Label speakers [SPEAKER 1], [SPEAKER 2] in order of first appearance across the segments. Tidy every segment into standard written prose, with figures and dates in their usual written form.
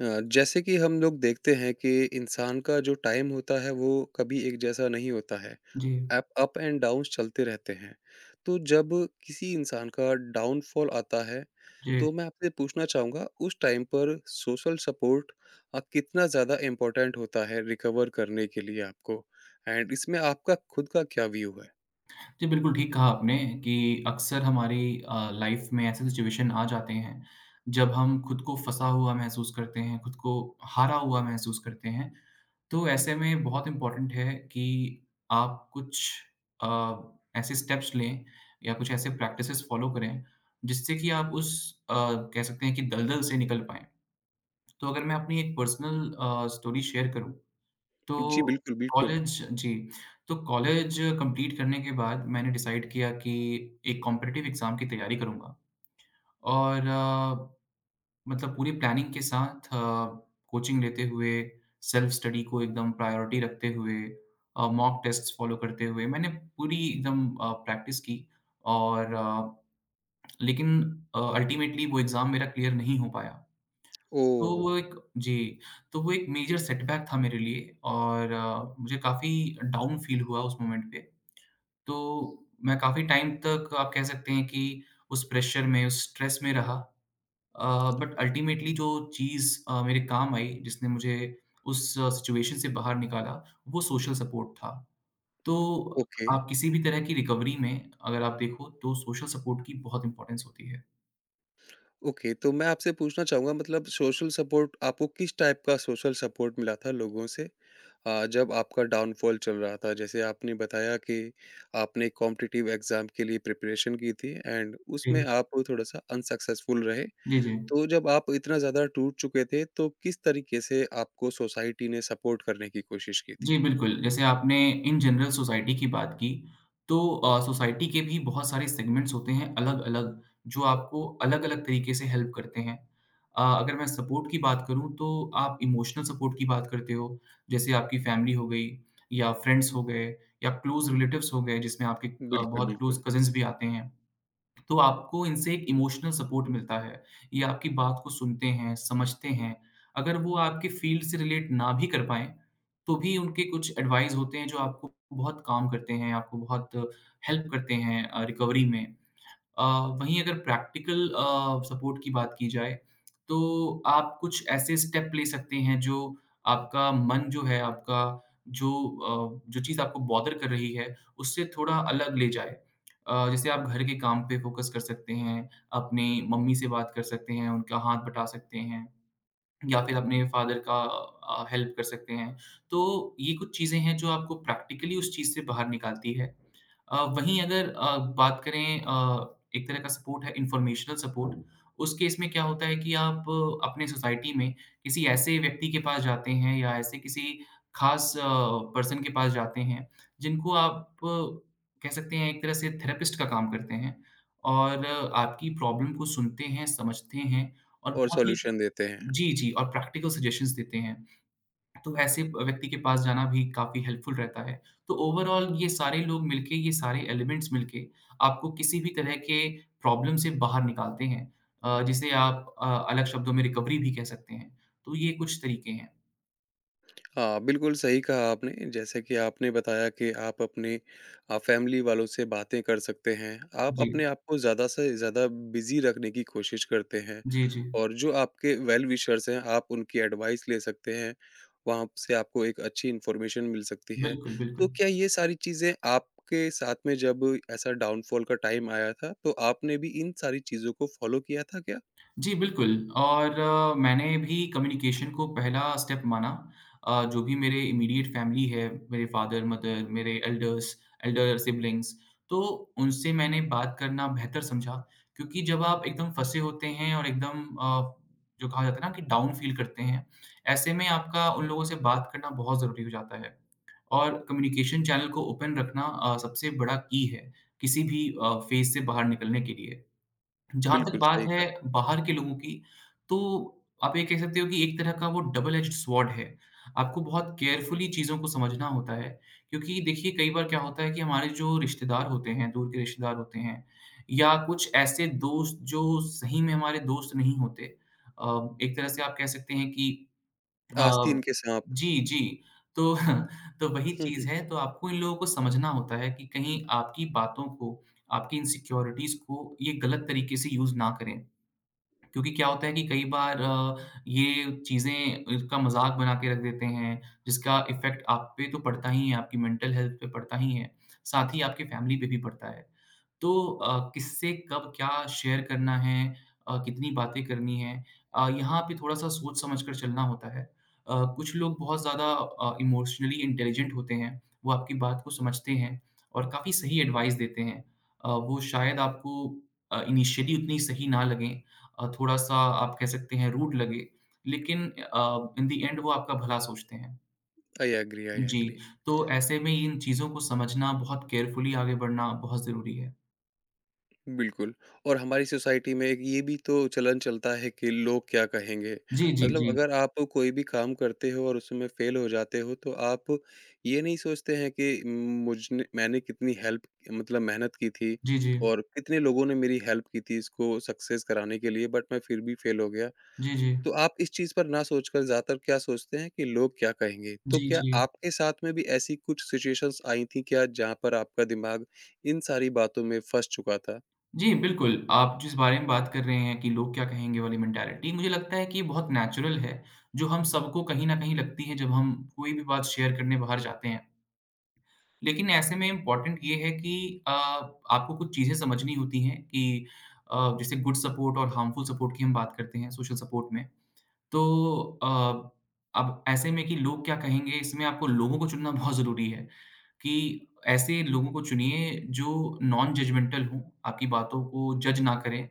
[SPEAKER 1] अ, जैसे कि हम लोग देखते हैं कि इंसान का जो टाइम होता है वो कभी एक जैसा नहीं होता है।
[SPEAKER 2] जी,
[SPEAKER 1] अप अप एंड डाउन्स चलते रहते हैं। तो जब किसी इंसान का डाउनफॉल आता है,
[SPEAKER 2] जी।
[SPEAKER 1] तो मैं आपसे पूछना चाहूँगा उस टाइम पर सोशल सपोर्ट कितना ज़्यादा इम्पोर्टेंट होता है रिकवर करने के लिए आपको? एंड इसमें आपका खुद का क्या व्यू है?
[SPEAKER 2] जी, बिल्कुल ठीक कहा आपने कि अक्सर हमारी लाइफ़ में ऐसे सिचुएशन आ जाते हैं, जब हम खुद को फँसा हुआ महसूस करते हैं, खुद को हारा हुआ महसूस करते हैं। तो ऐसे में बहुत इम्पोर्टेंट है कि आप कुछ अ, ऐसे स्टेप्स लें या कुछ ऐसे प्रैक्टिसेस फ़ॉलो करें, जिससे कि आप उस अ, कह सकते हैं कि दलदल से निकल पाएँ। तो अगर मैं अपनी एक पर्सनल स्टोरी शेयर करूँ
[SPEAKER 1] जी
[SPEAKER 2] तो
[SPEAKER 1] बिल्कुल, बिल्कुल।
[SPEAKER 2] कॉलेज जी। तो कॉलेज कंप्लीट करने के बाद मैंने डिसाइड किया कि एक कॉम्पिटिटिव एग्ज़ाम की तैयारी करूँगा और मतलब पूरी प्लानिंग के साथ कोचिंग लेते हुए, सेल्फ स्टडी को एकदम प्रायोरिटी रखते हुए मॉक टेस्ट्स फ़ॉलो करते हुए मैंने पूरी एकदम प्रैक्टिस की और लेकिन अल्टीमेटली वो एग्ज़ाम मेरा क्लियर नहीं हो पाया। तो
[SPEAKER 1] ओह!
[SPEAKER 2] वो एक जी। तो वो एक मेजर सेटबैक था मेरे लिए और मुझे काफ़ी डाउन फ़ील हुआ उस मोमेंट पे। तो मैं काफ़ी टाइम तक आप कह सकते हैं कि उस प्रेशर में, उस स्ट्रेस में रहा। बट अल्टीमेटली जो चीज़ मेरे काम आई, जिसने मुझे उस सिचुएशन से बाहर निकाला, वो सोशल सपोर्ट था। तो
[SPEAKER 1] ओके।
[SPEAKER 2] आप किसी भी तरह की रिकवरी में अगर आप देखो, तो सोशल सपोर्ट की बहुत इम्पोर्टेंस होती है।
[SPEAKER 1] ओके, तो मैं आपसे पूछना चाहूँगा मतलब सोशल सपोर्ट आपको किस टाइप का सोशल सपोर्ट मिला था लोगों से जब आपका डाउनफॉल चल रहा था? जैसे आपने बताया कि आपने कॉम्पिटिटिव एग्ज़ाम के लिए प्रिपरेशन की थी एंड
[SPEAKER 2] जी।
[SPEAKER 1] उसमें आप थोड़ा-सा अनसक्सेसफुल रहे।
[SPEAKER 2] जी, जी।
[SPEAKER 1] तो जब आप इतना ज़्यादा टूट चुके थे, तो किस तरीके से आपको सोसाइटी ने सपोर्ट करने की कोशिश की थी?
[SPEAKER 2] जी, बिल्कुल। जैसे आपने इन जनरल सोसाइटी की बात की, तो सोसाइटी के भी बहुत सारे सेगमेंट्स होते हैं अलग-अलग, जो आपको अलग-अलग तरीके से हेल्प करते हैं। अगर मैं सपोर्ट की बात करूँ, तो आप इमोशनल सपोर्ट की बात करते हो, जैसे आपकी फैमिली हो गई या फ्रेंड्स हो गए या क्लोज़ रिलेटिव्स हो गए, जिसमें आपके
[SPEAKER 1] बिल्कुल,
[SPEAKER 2] बहुत क्लोज़
[SPEAKER 1] बिल्कुल
[SPEAKER 2] कज़िन्स भी आते हैं। तो आपको इनसे एक इमोशनल सपोर्ट मिलता है। ये आपकी बात को सुनते हैं, समझते हैं। अगर वो आपके फ़ील्ड से रिलेट ना भी कर पाएँ, तो भी उनके कुछ एडवाइस होते हैं जो आपको बहुत काम करते हैं, आपको बहुत हेल्प करते हैं रिकवरी में। अ, वहीं अगर प्रैक्टिकल सपोर्ट की बात की जाए, तो आप कुछ ऐसे स्टेप ले सकते हैं जो आपका मन जो है, आपका जो जो चीज़ आपको बॉदर कर रही है, उससे थोड़ा अलग ले जाए। जैसे आप घर के काम पे फ़ोकस कर सकते हैं, अपनी मम्मी से बात कर सकते हैं, उनका हाथ बटा सकते हैं या फिर अपने फादर का हेल्प कर सकते हैं। तो ये कुछ चीज़ें हैं जो आपको प्रैक्टिकली उस चीज़ से बाहर निकालती है। वहीं अगर बात करें एक तरह का सपोर्ट है इन्फॉर्मेशनल सपोर्ट, उस केस में क्या होता है कि आप अपने सोसाइटी में किसी ऐसे व्यक्ति के पास जाते हैं या ऐसे किसी खास पर्सन के पास जाते हैं, जिनको आप कह सकते हैं एक तरह से थेरेपिस्ट का काम करते हैं और आपकी प्रॉब्लम को सुनते हैं, समझते हैं और
[SPEAKER 1] और
[SPEAKER 2] बहुत ही।
[SPEAKER 1] सॉल्यूशन देते हैं।
[SPEAKER 2] जी, जी, और प्रैक्टिकल सजेशंस देते हैं। तो ऐसे व्यक्ति के पास जाना भी काफ़ी हेल्पफुल रहता है। तो ओवरॉल ये सारे लोग मिलके, ये सारे एलिमेंट्स मिलके आपको किसी भी तरह के प्रॉब्लम से बाहर निकालते हैं जिसे आप अलग शब्दों में रिकवरी भी कह सकते हैं। तो ये कुछ तरीके हैं।
[SPEAKER 1] हाँ, बिल्कुल सही कहा आपने। जैसे कि आपने बताया कि आप अपने फैमिली वालों से बातें कर सकते हैं। आप
[SPEAKER 2] जी।
[SPEAKER 1] अपने आप को ज़्यादा से ज़्यादा बिज़ी रखने की कोशिश करते हैं
[SPEAKER 2] जी, जी।
[SPEAKER 1] और जो आपके वेल विशर्स हैं, आप उनकी एडवाइस ले सकते हैं। वहाँ से आपको एक अच्छी इन्फॉर्मेशन मिल सकती है।
[SPEAKER 2] बिल्कुल,
[SPEAKER 1] तो
[SPEAKER 2] बिल्कुल।
[SPEAKER 1] क्या ये सारी चीज़ें आपके साथ में जब ऐसा डाउनफॉल का टाइम आया था, तो आपने भी इन सारी चीज़ों को फ़ॉलो किया था क्या?
[SPEAKER 2] जी, बिल्कुल और मैंने भी कम्युनिकेशन को पहला स्टेप माना। जो भी मेरे इमीडिएट फैमिली है, मेरे फादर-मदर, मेरे एल्डर सिब्लिंग्स, तो उनसे मैंने बात करना बेहतर समझा क्योंकि जब आप एकदम फँसे होते हैं और एकदम जो कहा जाता है ना कि डाउन फ़ील करते हैं, ऐसे में आपका उन लोगों से बात करना बहुत ज़रूरी हो जाता है। और कम्युनिकेशन चैनल को ओपन रखना सबसे बड़ा की है, किसी भी फ़ेज़ से बाहर निकलने के लिए। जहाँ तक
[SPEAKER 1] बिल्कुल
[SPEAKER 2] बात
[SPEAKER 1] सही
[SPEAKER 2] है
[SPEAKER 1] कहा।
[SPEAKER 2] बाहर के लोगों की, तो आप ये कह सकते हो कि एक तरह का वो डबल एज्ड स्वॉर्ड है। आपको बहुत केयरफुली चीज़ों को समझना होता है, क्योंकि देखिए कई बार क्या होता है कि हमारे जो रिश्तेदार होते हैं, दूर के रिश्तेदार होते हैं या कुछ ऐसे दोस्त जो सही में हमारे दोस्त नहीं होते। एक तरह से आप कह सकते हैं कि अ,
[SPEAKER 1] आस्तीन के साँप।
[SPEAKER 2] जी, जी। तो तो वही
[SPEAKER 1] हुँ,
[SPEAKER 2] चीज़
[SPEAKER 1] हुँ।
[SPEAKER 2] है, तो आपको इन लोगों को समझना होता है कि कहीं आपकी बातों को, आपकी इनसिक्योरिटीज़ को ये गलत तरीके से यूज़ ना करें। क्योंकि क्या होता है कि कई बार ये चीज़ें इसका मज़ाक बना के रख देते हैं, जिसका इफ़ेक्ट आप पे तो पड़ता ही है, आपकी मेंटल हेल्थ पे पड़ता ही है, साथ ही आपकी फैमिली पे भी पड़ता है। तो किससे कब क्या शेयर करना है, कितनी बातें करनी हैं, यहाँ पे थोड़ा-सा सोच-समझ कर चलना होता है। कुछ लोग बहुत ज़्यादा इमोशनली इंटेलिजेंट होते हैं, वो आपकी बात को समझते हैं और काफ़ी सही एडवाइस देते हैं। वो शायद आपको इनिशियली उतनी सही ना लगें, थोड़ा-सा आप कह सकते हैं रूड लगे, लेकिन इन द एंड वो आपका भला सोचते हैं।
[SPEAKER 1] आई एग्री, आई
[SPEAKER 2] जी,
[SPEAKER 1] एग्री।
[SPEAKER 2] तो ऐसे में इन चीज़ों को समझना, बहुत केयरफुली आगे बढ़ना बहुत ज़रूरी है।
[SPEAKER 1] बिल्कुल, और हमारी सोसाइटी में एक ये भी तो चलन चलता है कि लोग क्या कहेंगे?
[SPEAKER 2] जी, जी,
[SPEAKER 1] मतलब
[SPEAKER 2] जी।
[SPEAKER 1] अगर आप कोई भी काम करते हो और उसमें फ़ेल हो जाते हो, तो आप ये नहीं सोचते हैं कि मुझने मैंने कितनी हेल्प मतलब मेहनत की थी
[SPEAKER 2] जी, जी।
[SPEAKER 1] और कितने लोगों ने मेरी हेल्प की थी इसको सक्सेस कराने के लिए, बट मैं फिर भी फ़ेल हो गया।
[SPEAKER 2] जी, जी।
[SPEAKER 1] तो आप इस चीज़ पर ना सोचकर ज़्यादातर क्या सोचते हैं कि लोग क्या कहेंगे? तो
[SPEAKER 2] जी,
[SPEAKER 1] क्या
[SPEAKER 2] जी।
[SPEAKER 1] आपके साथ में भी ऐसी कुछ सिचुएशंस आई थी क्या, जहाँ पर आपका दिमाग इन सारी बातों में फँस चुका था?
[SPEAKER 2] जी, बिल्कुल, आप जिस बारे में बात कर रहे हैं कि लोग क्या कहेंगे वाली मेंटालिटी, मुझे लगता है कि ये बहुत नेचुरल है, जो हम सबको कहीं न कहीं लगती है जब हम कोई भी बात शेयर करने बाहर जाते हैं। लेकिन ऐसे में इम्पोर्टेंट ये है कि अ, आपको कुछ चीज़ें समझनी होती हैं कि जैसे गुड सपोर्ट और हार्मफुल सपोर्ट की हम बात करते हैं सोशल सपोर्ट में। तो अ, अब ऐसे में कि लोग क्या कहेंगे इसमें आपको लोगों को चुनना बहुत ज़रूरी है कि ऐसे लोगों को चुनिए जो नॉन जजमेंटल हों, आपकी बातों को जज ना करें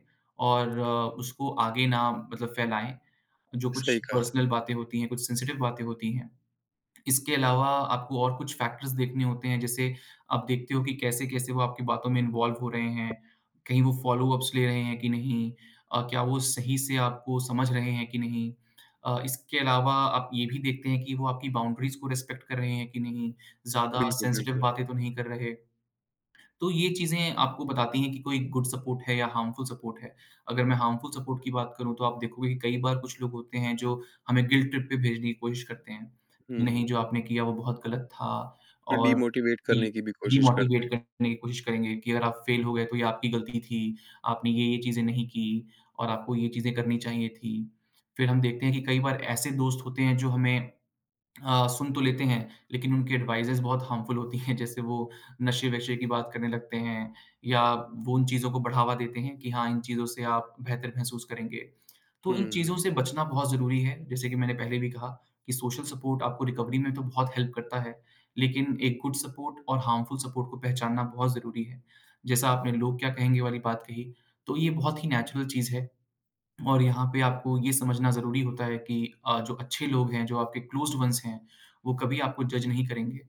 [SPEAKER 2] और उसको आगे ना मतलब फैलाएँ। जो कुछ
[SPEAKER 1] सही कहा।
[SPEAKER 2] पर्सनल बातें होती हैं, कुछ सेंसिटिव बातें होती हैं। इसके अलावा आपको और कुछ फैक्टर्स देखने होते हैं, जैसे आप देखते हो कि कैसे-कैसे वो आपकी बातों में इन्वॉल्व हो रहे हैं, कहीं वो फ़ॉलो-अप्स ले रहे हैं कि नहीं? क्या वो सही से आपको समझ रहे हैं कि नहीं? इसके अलावा आप ये भी देखते हैं कि वो आपकी बाउंड्रीज़ को रिस्पेक्ट कर रहे हैं कि नहीं? ज़्यादा
[SPEAKER 1] बिल्कुल,
[SPEAKER 2] सेंसिटिव
[SPEAKER 1] बिल्कुल।
[SPEAKER 2] बातें तो नहीं कर रहे। तो ये चीज़ें आपको बताती हैं कि कोई गुड सपोर्ट है या हार्मफुल सपोर्ट है। अगर मैं हार्मफुल सपोर्ट की बात करूँ तो आप देखोगे कि कई बार कुछ लोग होते हैं जो हमें गिल्ट ट्रिप पे भेजने की कोशिश करते हैं, कि नहीं
[SPEAKER 1] हुँ,
[SPEAKER 2] जो आपने किया वो बहुत गलत था
[SPEAKER 1] तो
[SPEAKER 2] और
[SPEAKER 1] डीमोटिवेट
[SPEAKER 2] डी
[SPEAKER 1] करने की भी कोशिश करते
[SPEAKER 2] डिमोटिवेट
[SPEAKER 1] हैं।
[SPEAKER 2] करने की कोशिश करेंगे कि अगर आप फेल हो गए तो ये आपकी गलती थी, आपने ये-ये चीज़ें नहीं की और आपको ये चीज़ें करनी चाहिए थी। फिर हम देखते हैं कि कई बार ऐसे दोस्त होते हैं जो हमें सुन तो लेते हैं, लेकिन उनकी एडवाइसेज़ बहुत हार्मफुल होती हैं। जैसे वो नशे-वशे की बात करने लगते हैं या वो उन चीज़ों को बढ़ावा देते हैं कि हाँ, इन चीज़ों से आप बेहतर महसूस करेंगे। तो
[SPEAKER 1] हुँ,
[SPEAKER 2] इन चीज़ों
[SPEAKER 1] हुँ।
[SPEAKER 2] से बचना बहुत ज़रूरी है। जैसे कि मैंने पहले भी कहा कि सोशल सपोर्ट आपको रिकवरी में तो बहुत हेल्प करता है, लेकिन एक गुड सपोर्ट और हार्मफुल सपोर्ट को पहचानना बहुत ज़रूरी है। जैसा आपने लोग क्या कहेंगे वाली बात कही, तो ये बहुत ही नेचुरल चीज़ है और यहाँ पे आपको ये समझना ज़रूरी होता है कि जो अच्छे लोग हैं, जो आपके क्लोज़्ड वन्स हैं, वो कभी आपको जज नहीं करेंगे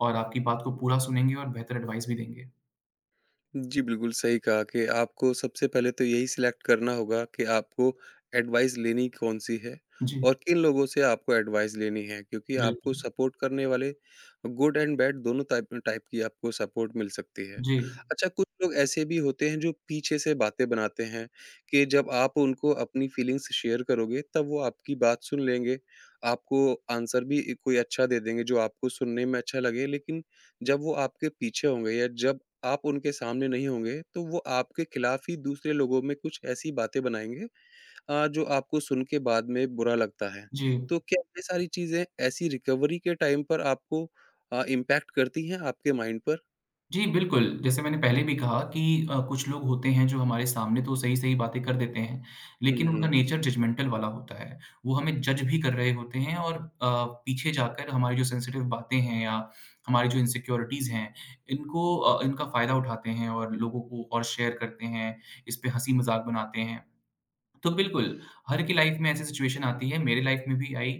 [SPEAKER 2] और आपकी बात को पूरा सुनेंगे और बेहतर एडवाइस भी देंगे।
[SPEAKER 1] जी, बिल्कुल सही कहा कि आपको सबसे पहले तो यही सिलेक्ट करना होगा कि आपको एडवाइस लेनी कौन-सी है
[SPEAKER 2] जी,
[SPEAKER 1] और किन लोगों से आपको एडवाइस लेनी है क्योंकि आपको
[SPEAKER 2] बिल्कुल।
[SPEAKER 1] सपोर्ट करने वाले गुड एंड बैड दोनों टाइप टाइप की आपको सपोर्ट मिल सकती है।
[SPEAKER 2] जी,
[SPEAKER 1] अच्छा कुछ लोग ऐसे भी होते हैं जो पीछे से बातें बनाते हैं कि जब आप उनको अपनी फीलिंग्स शेयर करोगे तब वो आपकी बात सुन लेंगे, आपको आंसर भी कोई अच्छा दे देंगे जो आपको सुनने में अच्छा लगे लेकिन जब वो आपके पीछे होंगे या जब आप उनके सामने नहीं होंगे, तो वो आपके खिलाफ ही दूसरे लोगों में कुछ ऐसी बातें बनाएँगे जो आपको सुन के बाद में बुरा लगता है।
[SPEAKER 2] जी।
[SPEAKER 1] तो क्या ये सारी चीज़ें ऐसी रिकवरी के टाइम पर आपको इम्पैक्ट करती हैं आपके माइंड पर?
[SPEAKER 2] जी, बिल्कुल। जैसे मैंने पहले भी कहा कि कुछ लोग होते हैं जो हमारे सामने तो सही-सही बातें कर देते हैं,
[SPEAKER 1] हुँ,
[SPEAKER 2] लेकिन उनका
[SPEAKER 1] हुँ।
[SPEAKER 2] नेचर जजमेंटल वाला होता है। वो हमें जज भी कर रहे होते हैं और पीछे जाकर हमारी जो सेंसिटिव बातें हैं या हमारी जो इनसिक्योरिटीज़ हैं, इनका फ़ायदा उठाते हैं और लोगों को और शेयर करते हैं, इस पे हँसी-मज़ाक बनाते हैं। तो बिल्कुल, हर की लाइफ़ में ऐसी सिचुएशन आती है, मेरे लाइफ़ में भी आई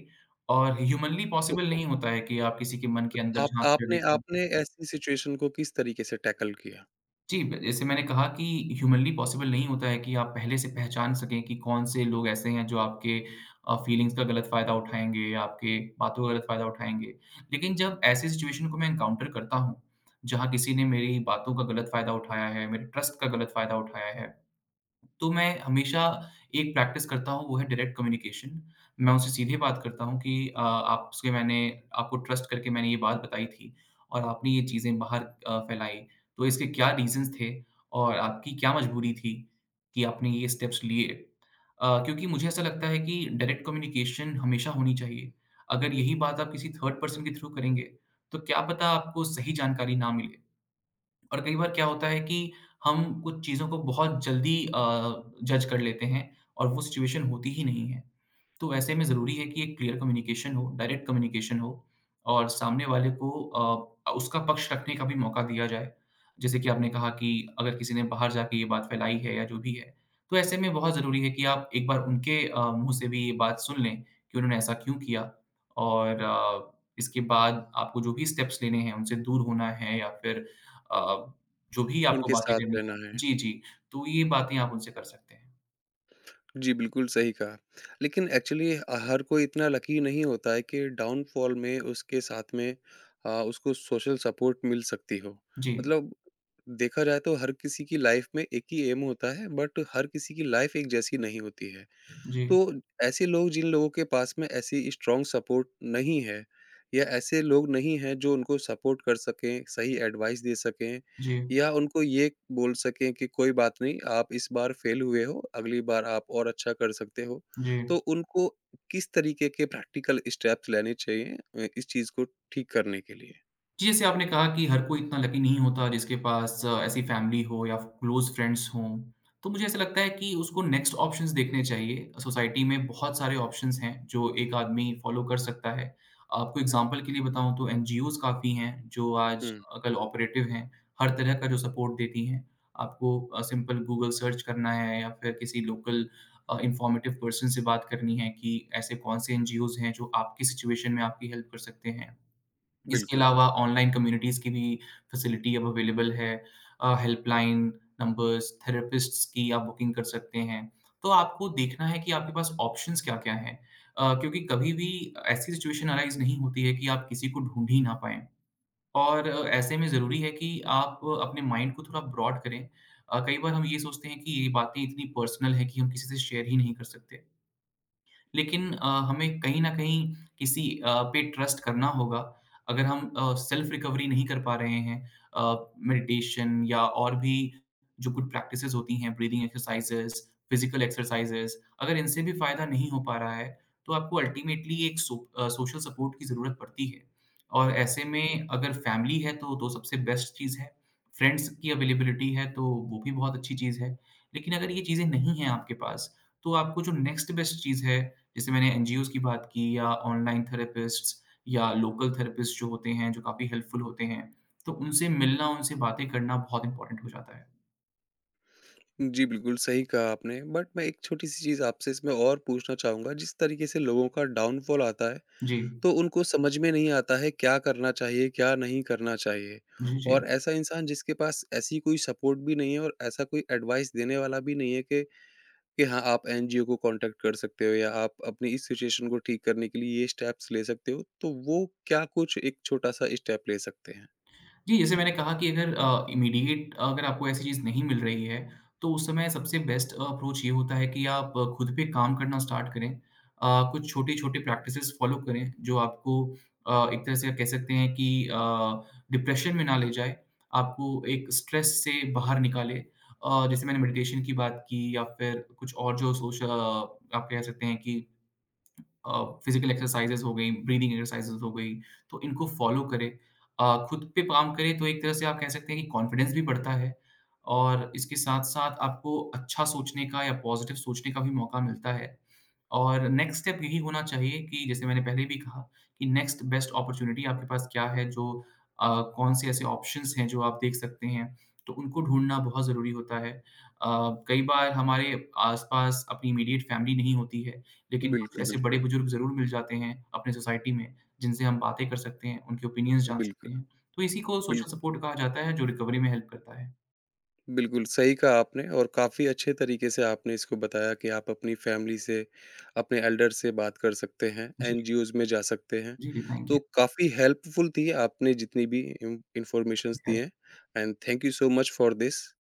[SPEAKER 2] और ह्यूमनली
[SPEAKER 1] तो
[SPEAKER 2] पॉसिबल नहीं होता है कि आप किसी के मन के अंदर
[SPEAKER 1] आप
[SPEAKER 2] झाँक कर
[SPEAKER 1] आपने
[SPEAKER 2] देखें।
[SPEAKER 1] आपने ऐसी सिचुएशन को किस तरीके से टैकल किया?
[SPEAKER 2] जी, ब जैसे मैंने कहा कि ह्यूमनली पॉसिबल नहीं होता है कि आप पहले से पहचान सकें कि कौन-से लोग ऐसे हैं जो आपके फ़ीलिंग्स का गलत फ़ायदा उठाएँगे या आपके बातों का गलत फ़ायदा उठाएँगे। लेकिन जब ऐसी सिचुएशन को मैं एनकाउंटर करता हूँ, जहाँ किसी ने मेरी बातों का गलत फ़ायदा उठाया है, मेरे ट्रस्ट का गलत फ़ायदा उठाया है तो मैं हमेशा एक प्रैक्टिस करता हूँ वो है डायरेक्ट कम्युनिकेशन। मैं उनसे सीधे बात करता हूँ कि आपसे मैंने आपको ट्रस्ट करके मैंने ये बात बताई थी और आपने ये चीज़ें बाहर फैलाई, तो इसके क्या रीज़न्स थे और आपकी क्या मजबूरी थी कि आपने ये स्टेप्स लिए? क्योंकि मुझे ऐसा लगता है कि डायरेक्ट कम्युनिकेशन हमेशा होनी चाहिए। अगर यही बात आप किसी थर्ड पर्सन के थ्रू करेंगे, तो क्या पता आपको सही जानकारी ना मिले। और कई बार क्या होता है कि हम कुछ चीज़ों को बहुत जल्दी जज कर लेते हैं और वो सिचुएशन होती ही नहीं है। तो ऐसे में ज़रूरी है कि एक क्लियर कम्युनिकेशन हो, डायरेक्ट कम्युनिकेशन हो और सामने वाले को उसका पक्ष रखने का भी मौका दिया जाए। जैसे कि आपने कहा कि अगर किसी ने बाहर जाके ये बात फैलाई है या जो भी है, तो ऐसे में बहुत ज़रूरी है कि आप एक बार उनके मुँह से भी ये बात सुन लें कि उन्होंने ऐसा क्यों किया और इसके बाद आपको जो भी स्टेप्स लेने हैं, उनसे दूर होना है या फिर अ, जो भी आपको
[SPEAKER 1] उनके
[SPEAKER 2] बातें
[SPEAKER 1] साथ
[SPEAKER 2] करनी
[SPEAKER 1] रहना
[SPEAKER 2] हों
[SPEAKER 1] है।
[SPEAKER 2] जी, जी। तो ये बातें आप उनसे कर सकते हैं।
[SPEAKER 1] जी, बिल्कुल सही कहा। लेकिन एक्चुअली हर कोई इतना लकी नहीं होता है कि डाउनफॉल में उसके साथ में उसको सोशल सपोर्ट मिल सकती हो।
[SPEAKER 2] जी,
[SPEAKER 1] मतलब देखा जाए तो हर किसी की लाइफ़ में एक ही एम होता है बट हर किसी की लाइफ़ एक जैसी नहीं होती है।
[SPEAKER 2] जी,
[SPEAKER 1] तो ऐसे लोग जिन लोगों के पास में ऐसी स्ट्रॉन्ग सपोर्ट नहीं है या ऐसे लोग नहीं हैं जो उनको सपोर्ट कर सकें, सही एडवाइस दे सकें
[SPEAKER 2] जी,
[SPEAKER 1] या उनको ये बोल सकें कि कोई बात नहीं, आप इस बार फेल हुए हो, अगली बार आप और अच्छा कर सकते हो।
[SPEAKER 2] जी।
[SPEAKER 1] तो उनको किस तरीके के प्रैक्टिकल स्टेप्स लेने चाहिए इस चीज़ को ठीक करने के लिए?
[SPEAKER 2] जी, जैसे आपने कहा कि हर कोई इतना लकी नहीं होता जिसके पास ऐसी फैमिली हो या क्लोज़ फ्रेंड्स हों। तो मुझे ऐसा लगता है कि उसको नेक्स्ट ऑप्शंस देखने चाहिए। सोसाइटी में बहुत सारे ऑप्शंस हैं जो एक आदमी फ़ॉलो कर सकता है। आपको एग्ज़ाम्पल के लिए बताऊँ तो एनजीओज़ काफ़ी हैं जो आज
[SPEAKER 1] हुँ,
[SPEAKER 2] कल ऑपरेटिव हैं। हर तरह का जो सपोर्ट देती हैं। आपको सिंपल गूगल सर्च करना है या फिर किसी लोकल इन्फॉर्मेटिव पर्सन से बात करनी है कि ऐसे कौन से एनजीओज़ हैं जो आपकी सिचुएशन में आपकी हेल्प कर सकते हैं। इसके
[SPEAKER 1] बिल्कुल।
[SPEAKER 2] अलावा ऑनलाइन कम्युनिटीज़ की भी फैसिलिटी अब अवेलेबल है। हेल्पलाइन नंबर्स, थेरेपिस्ट्स की आप बुकिंग कर सकते हैं। तो आपको देखना है कि आपके पास ऑप्शंस क्या-क्या हैं क्योंकि कभी भी ऐसी सिचुएशन अराइज़ नहीं होती है कि आप किसी को ढूँढ ही ना पाएँ। और ऐसे में ज़रूरी है कि आप अपने माइंड को थोड़ा ब्रॉड करें। कई बार हम ये सोचते हैं कि ये बातें इतनी पर्सनल हैं कि हम किसी से शेयर ही नहीं कर सकते। लेकिन हमें कहीं न कहीं किसी पे ट्रस्ट करना होगा। अगर हम सेल्फ रिकवरी नहीं कर पा रहे हैं मेडिटेशन या और भी जो गुड प्रैक्टिसेज़ होती हैं, ब्रीदिंग एक्सरसाइज़ेज़, फिज़िकल एक्सरसाइज़ेज़, अगर इनसे भी फ़ायदा नहीं हो पा रहा है, तो आपको अल्टीमेटली एक सोशल सपोर्ट की ज़रूरत पड़ती है और ऐसे में अगर फैमिली है, तो सबसे बेस्ट चीज़ है। फ्रेंड्स की अवेलेबिलिटी है, तो वो भी बहुत अच्छी चीज़ है। लेकिन अगर ये चीज़ें नहीं हैं आपके पास, तो आपको जो नेक्स्ट बेस्ट चीज़ है जैसे मैंने एनजीओज़ की बात की या ऑनलाइन थेरेपिस्ट्स या लोकल थेरेपिस्ट जो होते हैं, जो काफ़ी हेल्पफुल होते हैं, तो उनसे मिलना, उनसे बातें करना बहुत इम्पोर्टेंट हो जाता है।
[SPEAKER 1] जी, बिल्कुल सही कहा आपने बट मैं एक छोटी-सी चीज़ आपसे इसमें और पूछना चाहूँगा जिस तरीके से लोगों का डाउनफॉल आता है
[SPEAKER 2] जी।
[SPEAKER 1] तो उनको समझ में नहीं आता है क्या करना चाहिए, क्या नहीं करना चाहिए।
[SPEAKER 2] जी, जी।
[SPEAKER 1] और ऐसा इंसान जिसके पास ऐसी कोई सपोर्ट भी नहीं है और ऐसा कोई एडवाइस देने वाला भी नहीं है कि हाँ, आप एनजीओ को कॉन्टैक्ट कर सकते हो या आप अपनी इस सिचुएशन को ठीक करने के लिए ये स्टेप्स ले सकते हो, तो वो क्या कुछ एक छोटा-सा स्टेप ले सकते हैं।
[SPEAKER 2] जी, जैसे मैंने कहा कि अगर इमीडिएट अगर आपको ऐसी चीज़ नहीं मिल रही है, तो उस समय सबसे बेस्ट अप्रोच ये होता है कि आप खुद पे काम करना स्टार्ट करें। कुछ छोटे-छोटे प्रैक्टिसेस फ़ॉलो करें, जो आपको एक तरह से कह सकते हैं कि डिप्रेशन में ना ले जाए, आपको एक स्ट्रेस से बाहर निकाले। जैसे मैंने मेडिटेशन की बात की या फिर कुछ और जो आप कह सकते हैं कि फिजिकल एक्सरसाइजेज हो गई, ब्रीदिंग एक्सरसाइजेज हो गई, तो इनको फ़ॉलो करें। खुद पे काम करें तो एक तरह से आप कह सकते हैं कि कॉन्फिडेंस भी बढ़ता है और इसके साथ-साथ आपको अच्छा सोचने का या पॉज़िटिव सोचने का भी मौका मिलता है। और नेक्स्ट स्टेप यही होना चाहिए कि जैसे मैंने पहले भी कहा कि नेक्स्ट बेस्ट अपॉर्च्युनिटी आपके पास क्या है जो अ, कौन से ऐसे ऑप्शंस हैं जो आप देख सकते हैं, तो उनको ढूँढना बहुत ज़रूरी होता है। अ, कई बार हमारे आस-पास अपनी इमीडिएट फैमिली नहीं होती है लेकिन कुछ
[SPEAKER 1] बिल्कुल,
[SPEAKER 2] ऐसे
[SPEAKER 1] बिल्कुल।
[SPEAKER 2] बड़े-बुजुर्ग ज़रूर मिल जाते हैं अपने सोसाइटी में, जिनसे हम बातें कर सकते हैं, उनके ओपिनियंस जान
[SPEAKER 1] बिल्कुल,
[SPEAKER 2] सकते हैं। तो इसी को सोशल
[SPEAKER 1] बिल्कुल।
[SPEAKER 2] सपोर्ट कहा जाता है, जो रिकवरी में हेल्प करता है।
[SPEAKER 1] बिल्कुल, सही कहा आपने और काफ़ी अच्छे तरीके से आपने इसको बताया कि आप अपनी फैमिली से, अपने एल्डर से बात कर सकते हैं,
[SPEAKER 2] जी,
[SPEAKER 1] एनजीओज़ में जा सकते हैं।
[SPEAKER 2] जी, जी, थैंक यू।
[SPEAKER 1] तो काफ़ी हेल्पफुल थी आपने जितनी भी इम इन्फॉर्मेशंस दी
[SPEAKER 2] शुक्रिया।
[SPEAKER 1] हैं and thank you so much for this.